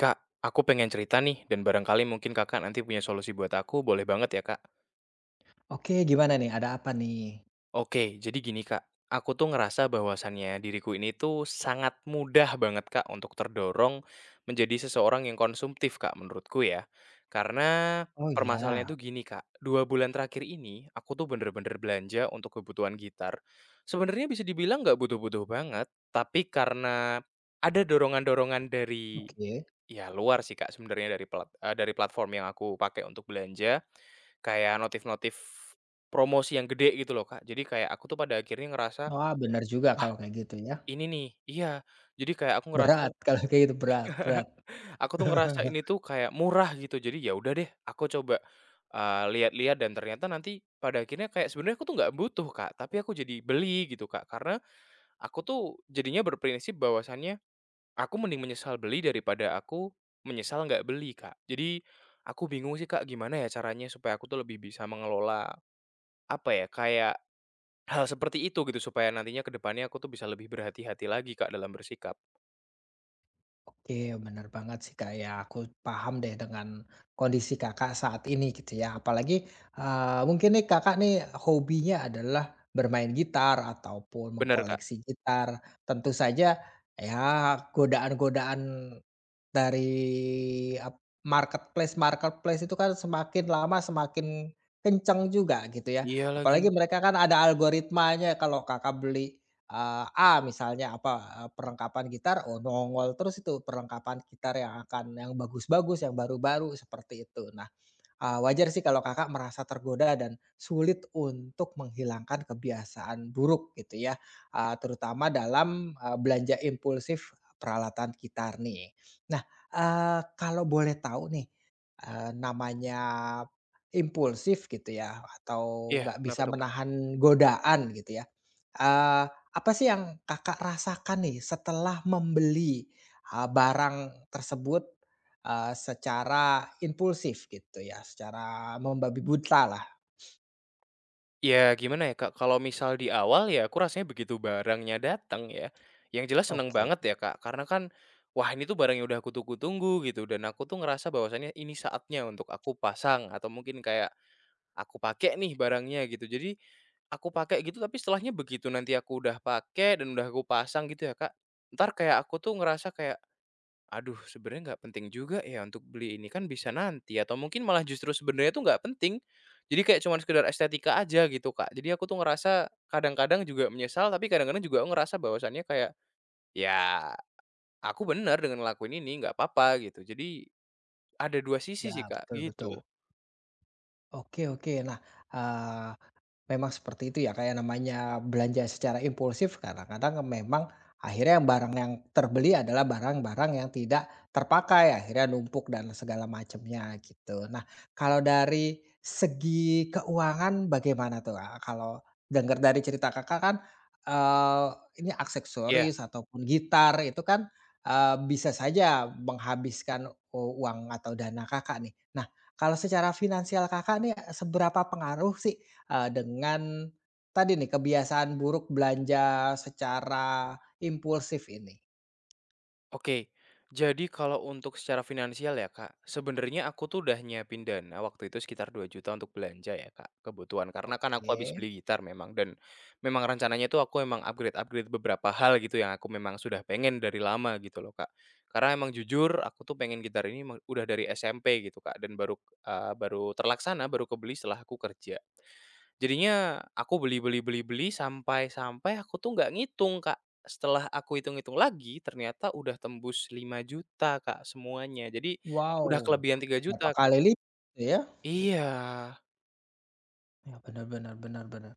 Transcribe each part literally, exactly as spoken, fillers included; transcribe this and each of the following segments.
Kak, aku pengen cerita nih dan barangkali mungkin Kakak nanti punya solusi buat aku, boleh banget ya, Kak? Oke, gimana nih? Ada apa nih? Oke, jadi gini, Kak. Aku tuh ngerasa bahwasannya diriku ini tuh sangat mudah banget, Kak, untuk terdorong menjadi seseorang yang konsumtif, Kak, menurutku ya. Karena Oh permasalahannya ya tuh gini, Kak. Dua bulan terakhir ini aku tuh bener-bener belanja untuk kebutuhan gitar. Sebenarnya bisa dibilang nggak butuh-butuh banget, tapi karena ada dorongan-dorongan dari oke. ya luar sih, Kak, sebenarnya dari plat eee, dari platform yang aku pakai untuk belanja, kayak notif-notif promosi yang gede gitu loh, Kak. Jadi kayak aku tuh pada akhirnya ngerasa, Wah, benar juga "Wah kalau kayak gitu ya. ini nih", iya, jadi kayak aku ngerasa Berat, kalau kayak gitu berat berat. aku tuh ngerasa ini tuh kayak murah gitu. Jadi ya udah deh aku coba, eee, lihat-lihat dan ternyata nanti pada akhirnya kayak sebenarnya aku tuh nggak butuh, Kak, tapi aku jadi beli gitu, Kak. Karena aku tuh jadinya berprinsip bahwasannya aku mending menyesal beli daripada aku menyesal nggak beli, Kak. Jadi, aku bingung sih, Kak, gimana ya caranya supaya aku tuh lebih bisa mengelola, apa ya, kayak hal seperti itu gitu supaya nantinya ke depannya aku tuh bisa lebih berhati-hati lagi, Kak, dalam bersikap. Oke, benar banget sih, Kak, ya, aku paham deh dengan kondisi Kakak saat ini gitu ya. Apalagi, eee, mungkin nih Kakak nih hobinya adalah bermain gitar ataupun Bener, Kak. mengkoleksi gitar. Tentu saja ya godaan-godaan Dari ap marketplace-marketplace itu kan semakin lama semakin kenceng juga gitu ya. Iya lagi. Apalagi mereka kan ada algoritmanya kalau Kakak beli, eee, A misalnya apa, eee, perlengkapan gitar, oh nongol terus itu perlengkapan gitar yang akan yang bagus-bagus, yang baru-baru, seperti itu. Nah Eee, wajar sih kalau Kakak merasa tergoda dan sulit untuk menghilangkan kebiasaan buruk gitu ya, eee, terutama dalam, eee, belanja impulsif peralatan gitar nih. Nah, eee, kalau boleh tahu nih, eee, namanya impulsif gitu ya atau Iya, nggak kenapa bisa tuh, Kak? menahan godaan gitu ya, eee, apa sih yang Kakak rasakan nih setelah membeli, eee, barang tersebut? Eee, secara impulsif gitu ya, secara membabi buta lah. Ya gimana ya, Kak, kalau misal di awal ya aku rasanya begitu barangnya datang ya, yang jelas seneng Oke, banget ya, Kak, karena kan, wah ini tuh barang yang udah aku tunggu-tunggu gitu dan aku tuh ngerasa bahwasannya ini saatnya untuk aku pasang atau mungkin kayak aku pakai nih barangnya gitu. Jadi, aku pakai gitu tapi setelahnya begitu nanti aku udah pakai dan udah aku pasang gitu ya, Kak, ntar kayak aku tuh ngerasa kayak, "Aduh sebenarnya nggak penting juga ya untuk beli ini, kan bisa nanti." Atau mungkin malah justru sebenarnya tuh nggak penting. Jadi kayak cuman sekedar estetika aja gitu, Kak. Jadi aku tuh ngerasa kadang-kadang juga menyesal, tapi kadang-kadang juga aku ngerasa bahwasannya kayak, "Ya aku benar dengan ngelakuin ini, nggak apa-apa." Gitu. Jadi ada dua sisi sih, ya, Kak, betul gitu. betul. Oke oke. Nah, eh, memang seperti itu ya, kayak namanya belanja secara impulsif kadang-kadang memang akhirnya yang barang yang terbeli adalah barang-barang yang tidak terpakai, akhirnya numpuk dan segala macamnya gitu. Nah, kalau dari segi keuangan bagaimana tuh, Kak? Kalau dengar dari cerita Kakak kan, eee, ini Iya. aksesoris ataupun gitar itu kan, eee, bisa saja menghabiskan u uang atau dana Kakak nih. Nah, kalau secara finansial Kakak nih seberapa pengaruh sih Eee, dengan tadi nih kebiasaan buruk belanja secara impulsif ini. Oke, jadi kalau untuk secara finansial ya Kak, sebenarnya aku tuh udah nyiapin dana waktu itu sekitar dua juta untuk belanja ya Kak, kebutuhan. Karena kan aku habis Oke, beli gitar memang dan memang rencananya tuh aku emang upgrade-upgrade beberapa hal gitu yang aku memang sudah pengen dari lama gitu loh Kak. Karena emang jujur aku tuh pengen gitar ini me- udah dari S M P gitu Kak dan baru uh, baru terlaksana, baru kebeli setelah aku kerja. Jadinya aku beli beli beli beli sampai sampai aku tuh nggak ngitung, Kak. Setelah aku hitung-hitung lagi ternyata udah tembus lima juta Kak, semuanya. Jadi udah wow, kelebihan tiga berapa juta Kak. kali lipat gitu ya? Iya. Ya, benar benar benar benar.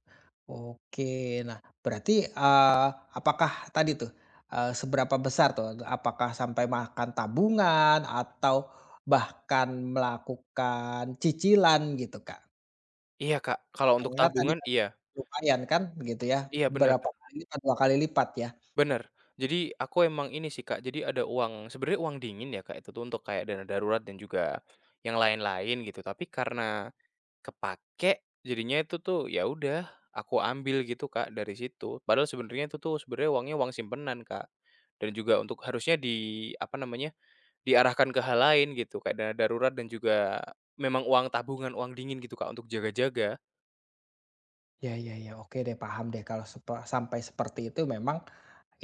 Oke, nah berarti, eee, apakah tadi tuh, eee, seberapa besar tuh, apakah sampai makan tabungan atau bahkan melakukan cicilan gitu, Kak? Iya, Kak. Kalau untuk Karena tadi tabungan kan iya. lumayan kan gitu ya, Iya, bener. berapa kali lipat, dua kali lipat ya? Bener. Jadi aku emang ini sih Kak, jadi ada uang sebenarnya uang dingin ya Kak, itu tuh untuk kayak dana darurat dan juga yang lain-lain gitu, tapi karena kepake jadinya itu tuh ya udah aku ambil gitu Kak dari situ. Padahal sebenarnya itu tuh sebenarnya uangnya uang simpenan Kak, dan juga untuk harusnya di apa namanya, diarahkan ke hal lain gitu, kayak dana darurat dan juga memang uang tabungan, uang dingin gitu Kak untuk jaga-jaga. Ya ya ya, oke deh, paham deh kalau sepe sampai seperti itu memang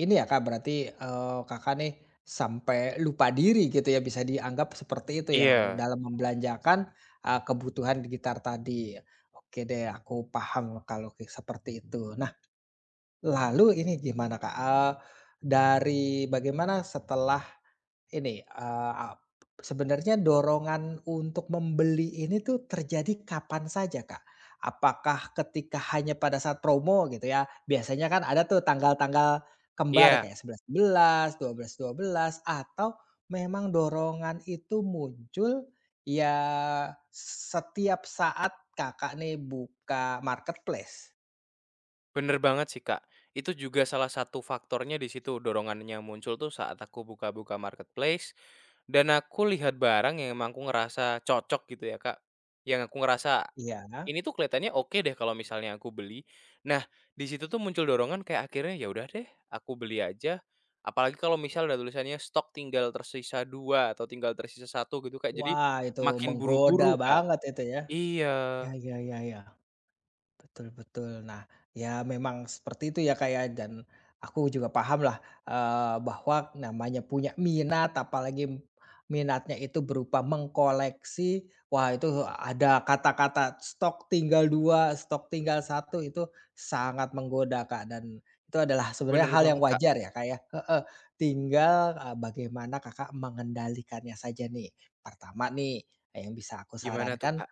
ini ya, Kak, berarti, eee, Kakak nih sampai lupa diri gitu ya, bisa dianggap seperti itu ya, oh, Iya. dalam membelanjakan, eee, kebutuhan di gitar tadi. Oke deh, aku paham kalau kayak seperti itu. Nah, lalu ini gimana, Kak, eee, dari bagaimana setelah ini, eee, ap sebenarnya dorongan untuk membeli ini tuh terjadi kapan saja, Kak? Apakah ketika hanya pada saat promo gitu ya, biasanya kan ada tuh tanggal-tanggal kembar Iya. kayak sebelas belas, dua belas dua belas, atau memang dorongan itu muncul ya setiap saat Kakak nih buka marketplace? Bener banget sih, Kak. Itu juga salah satu faktornya di situ, dorongannya muncul tuh saat aku buka-buka marketplace, dan aku lihat barang yang emang aku ngerasa cocok gitu ya, Kak. Yang aku ngerasa, Iya. ini tuh kelihatannya oke deh kalau misalnya aku beli. Nah, di situ tuh muncul dorongan kayak akhirnya, ya udah deh aku beli aja. Apalagi kalau misal ada tulisannya stok tinggal tersisa dua atau tinggal tersisa satu gitu, Kak. Jadi Wah, itu makin menggoda buru-buru, Kak. banget itu ya. Iya, Ya ya ya ya. Betul betul. Nah, ya memang seperti itu ya Kak ya, dan aku juga paham lah, eee, bahwa namanya punya minat, apalagi minatnya itu berupa mengkoleksi, wah itu ada kata-kata stok tinggal dua stok tinggal satu itu sangat menggoda Kak, dan itu adalah sebenarnya bener hal yang banget, Kak. wajar ya Kak ya heeh, tinggal, eee, bagaimana Kakak mengendalikannya saja nih. Pertama nih, yang bisa aku Gimana tuh, sarankan: Kak?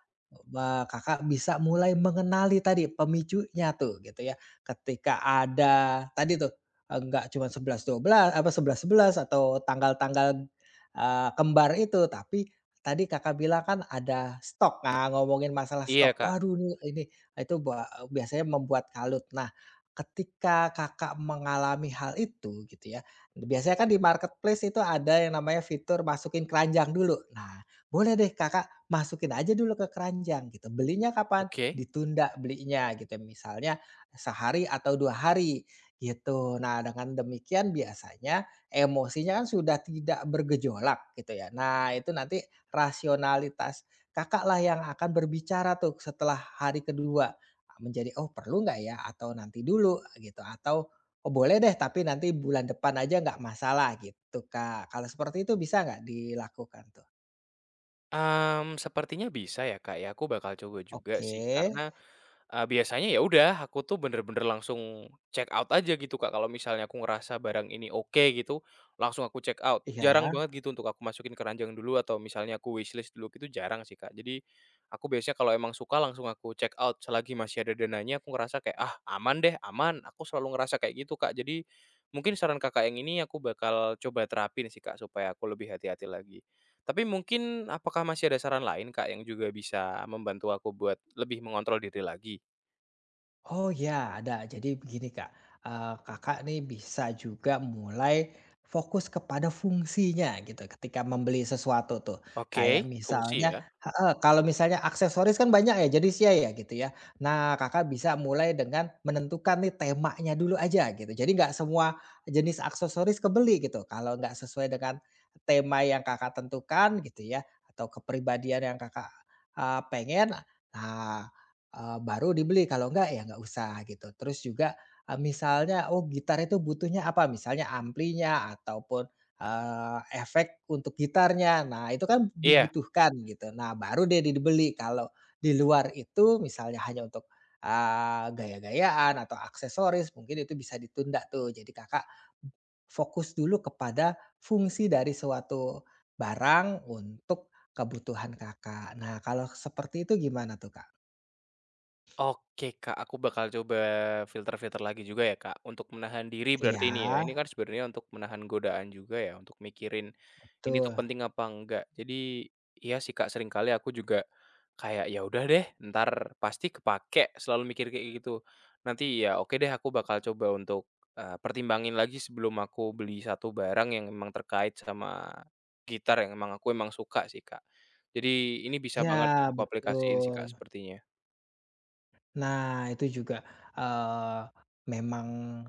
wah, Kakak bisa mulai mengenali tadi pemicunya tuh gitu ya. Ketika ada tadi tuh, eh, nggak cuma sebelas dua belas apa sebelas sebelas atau tanggal-tanggal, eee, kembar itu, tapi tadi Kakak bilang kan ada stok. Nah, ngomongin masalah Iya, stok, Kak. waduh nih ini itu ba biasanya membuat kalut. Nah, ketika Kakak mengalami hal itu gitu ya, biasanya kan di marketplace itu ada yang namanya fitur masukin keranjang dulu. Nah, boleh deh Kakak masukin aja dulu ke keranjang gitu. Belinya kapan? Oke. Ditunda belinya gitu. Misalnya sehari atau dua hari gitu. Nah dengan demikian biasanya emosinya kan sudah tidak bergejolak gitu ya. Nah itu nanti rasionalitas Kakak lah yang akan berbicara tuh setelah hari kedua. Menjadi oh perlu nggak ya atau nanti dulu gitu atau oh boleh deh tapi nanti bulan depan aja nggak masalah gitu Kak. Kalau seperti itu bisa nggak dilakukan tuh? Mmm, sepertinya bisa ya, Kak, ya, aku bakal coba juga sih karena, Oke, eee, biasanya ya udah aku tuh bener-bener langsung check out aja gitu, Kak, kalau misalnya aku ngerasa barang ini oke gitu, langsung aku check out. Jarang iya. banget gitu untuk aku masukin ke ranjang dulu atau misalnya aku wishlist dulu gitu jarang sih, Kak. Jadi aku biasanya kalau emang suka langsung aku check out selagi masih ada dananya aku ngerasa kayak, "Ah, aman deh, aman." Aku selalu ngerasa kayak gitu, Kak. Jadi mungkin saran Kakak yang ini aku bakal coba terapin sih, Kak, supaya aku lebih hati-hati lagi. Tapi mungkin apakah masih ada saran lain, Kak, yang juga bisa membantu aku buat lebih mengontrol diri lagi? Oh ya, ada. Jadi begini Kak, eee, Kakak nih bisa juga mulai fokus kepada fungsinya gitu ketika membeli sesuatu tuh. Oke, Kayak fungsi misalnya ya? heeh, kalau misalnya aksesoris kan banyak ya jenisnya ya ya, gitu ya. Nah Kakak bisa mulai dengan menentukan nih temanya dulu aja gitu. Jadi nggak semua jenis aksesoris kebeli gitu, kalau nggak sesuai dengan tema yang Kakak tentukan gitu ya, atau kepribadian yang Kakak, eee, pengen, nah Eee, baru dibeli, kalau enggak ya enggak usah gitu. Terus juga, eee, misalnya, oh gitar itu butuhnya apa, misalnya amplinya ataupun, eee, efek untuk gitarnya. Nah itu kan Iya. dibutuhkan gitu. Nah baru deh dibeli. Kalau di luar itu misalnya hanya untuk, eee, gaya-gayaan atau aksesoris mungkin itu bisa ditunda tuh. Jadi Kakak fokus dulu kepada fungsi dari suatu barang untuk kebutuhan Kakak. Nah kalau seperti itu gimana tuh, Kak? Oke, Kak, aku bakal coba filter-filter lagi juga ya, Kak, untuk menahan diri Iya. berarti ini ya. Ini kan sebenarnya untuk menahan godaan juga ya, untuk mikirin ini tuh Betul. penting apa enggak. Jadi iya sih, Kak, seringkali aku juga kayak ya udah deh, ntar pasti kepake selalu mikir kayak gitu. Nanti ya oke deh aku bakal coba untuk, eee, pertimbangin lagi sebelum aku beli satu barang yang memang terkait sama gitar yang emang aku emang suka sih, Kak. Jadi ini bisa banget Ya, aku aplikasiin sih, Kak, betul. sepertinya. Nah, itu juga, eee, memang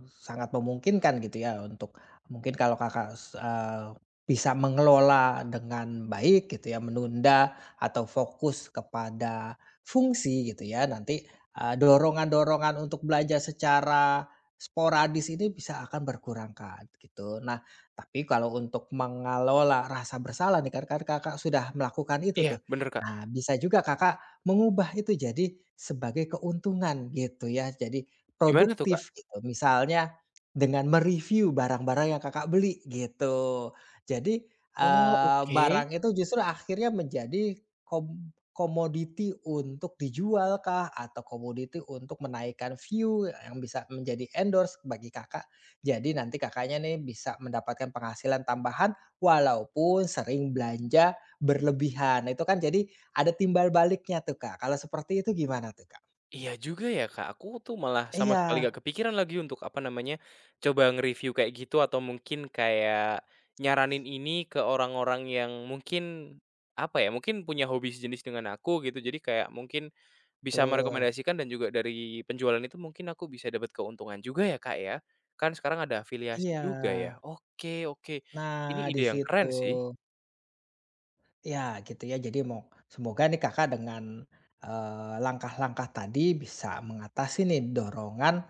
sangat memungkinkan gitu ya untuk mungkin kalau Kakak s eee, bisa mengelola dengan baik gitu ya, menunda atau fokus kepada fungsi gitu ya, nanti, eee, dorongan-dorongan untuk belajar secara sporadis ini bisa akan berkurang, Kak, gitu. Nah, tapi kalau untuk mengelola rasa bersalah nih kan kan Kakak sudah melakukan itu Iya, tuh. bener, Kak. Nah, bisa juga Kakak mengubah itu jadi sebagai keuntungan gitu ya, jadi Gimana tuh, Kak? produktif gitu. Misalnya dengan mereview barang-barang yang Kakak beli gitu. Jadi, Oh, eee, oke. barang itu justru akhirnya menjadi kom komoditi untuk dijual kah, atau komoditi untuk menaikkan view yang bisa menjadi endorse bagi Kakak. Jadi nanti Kakaknya nih bisa mendapatkan penghasilan tambahan walaupun sering belanja berlebihan. Nah, itu kan jadi ada timbal baliknya tuh, Kak, kalau seperti itu gimana tuh, Kak? Iya juga ya, Kak, aku tuh malah sama Iya, sekali gak kepikiran lagi untuk, apa namanya, coba nge-review kayak gitu atau mungkin kayak nyaranin ini ke orang-orang yang mungkin, apa ya, mungkin punya hobi sejenis dengan aku gitu. Jadi kayak mungkin bisa betul. merekomendasikan dan juga dari penjualan itu mungkin aku bisa dapat keuntungan juga ya, Kak, ya? Kan sekarang ada afiliasi Iya. juga ya. Oke oke. Ini Nah, di ide yang situ. keren sih. Ya gitu ya. Jadi mau semoga nih Kakak dengan, eee, langkah-langkah tadi bisa mengatasi nih dorongan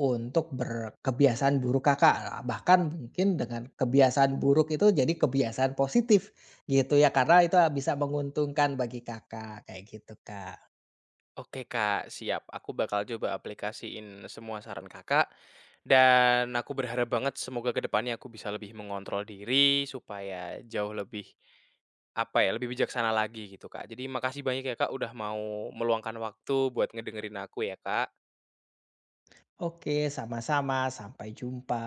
untuk berkebiasaan buruk Kakak, bahkan mungkin dengan kebiasaan buruk itu jadi kebiasaan positif gitu ya, karena itu bisa menguntungkan bagi Kakak, kayak gitu, Kak. Oke Kak, siap. Aku bakal coba aplikasiin semua saran Kakak, dan aku berharap banget semoga ke depannya aku bisa lebih mengontrol diri supaya jauh lebih, apa ya, lebih bijaksana lagi gitu Kak. Jadi makasih banyak ya Kak udah mau meluangkan waktu buat ngedengerin aku ya Kak. Oke, sama-sama, sampai jumpa.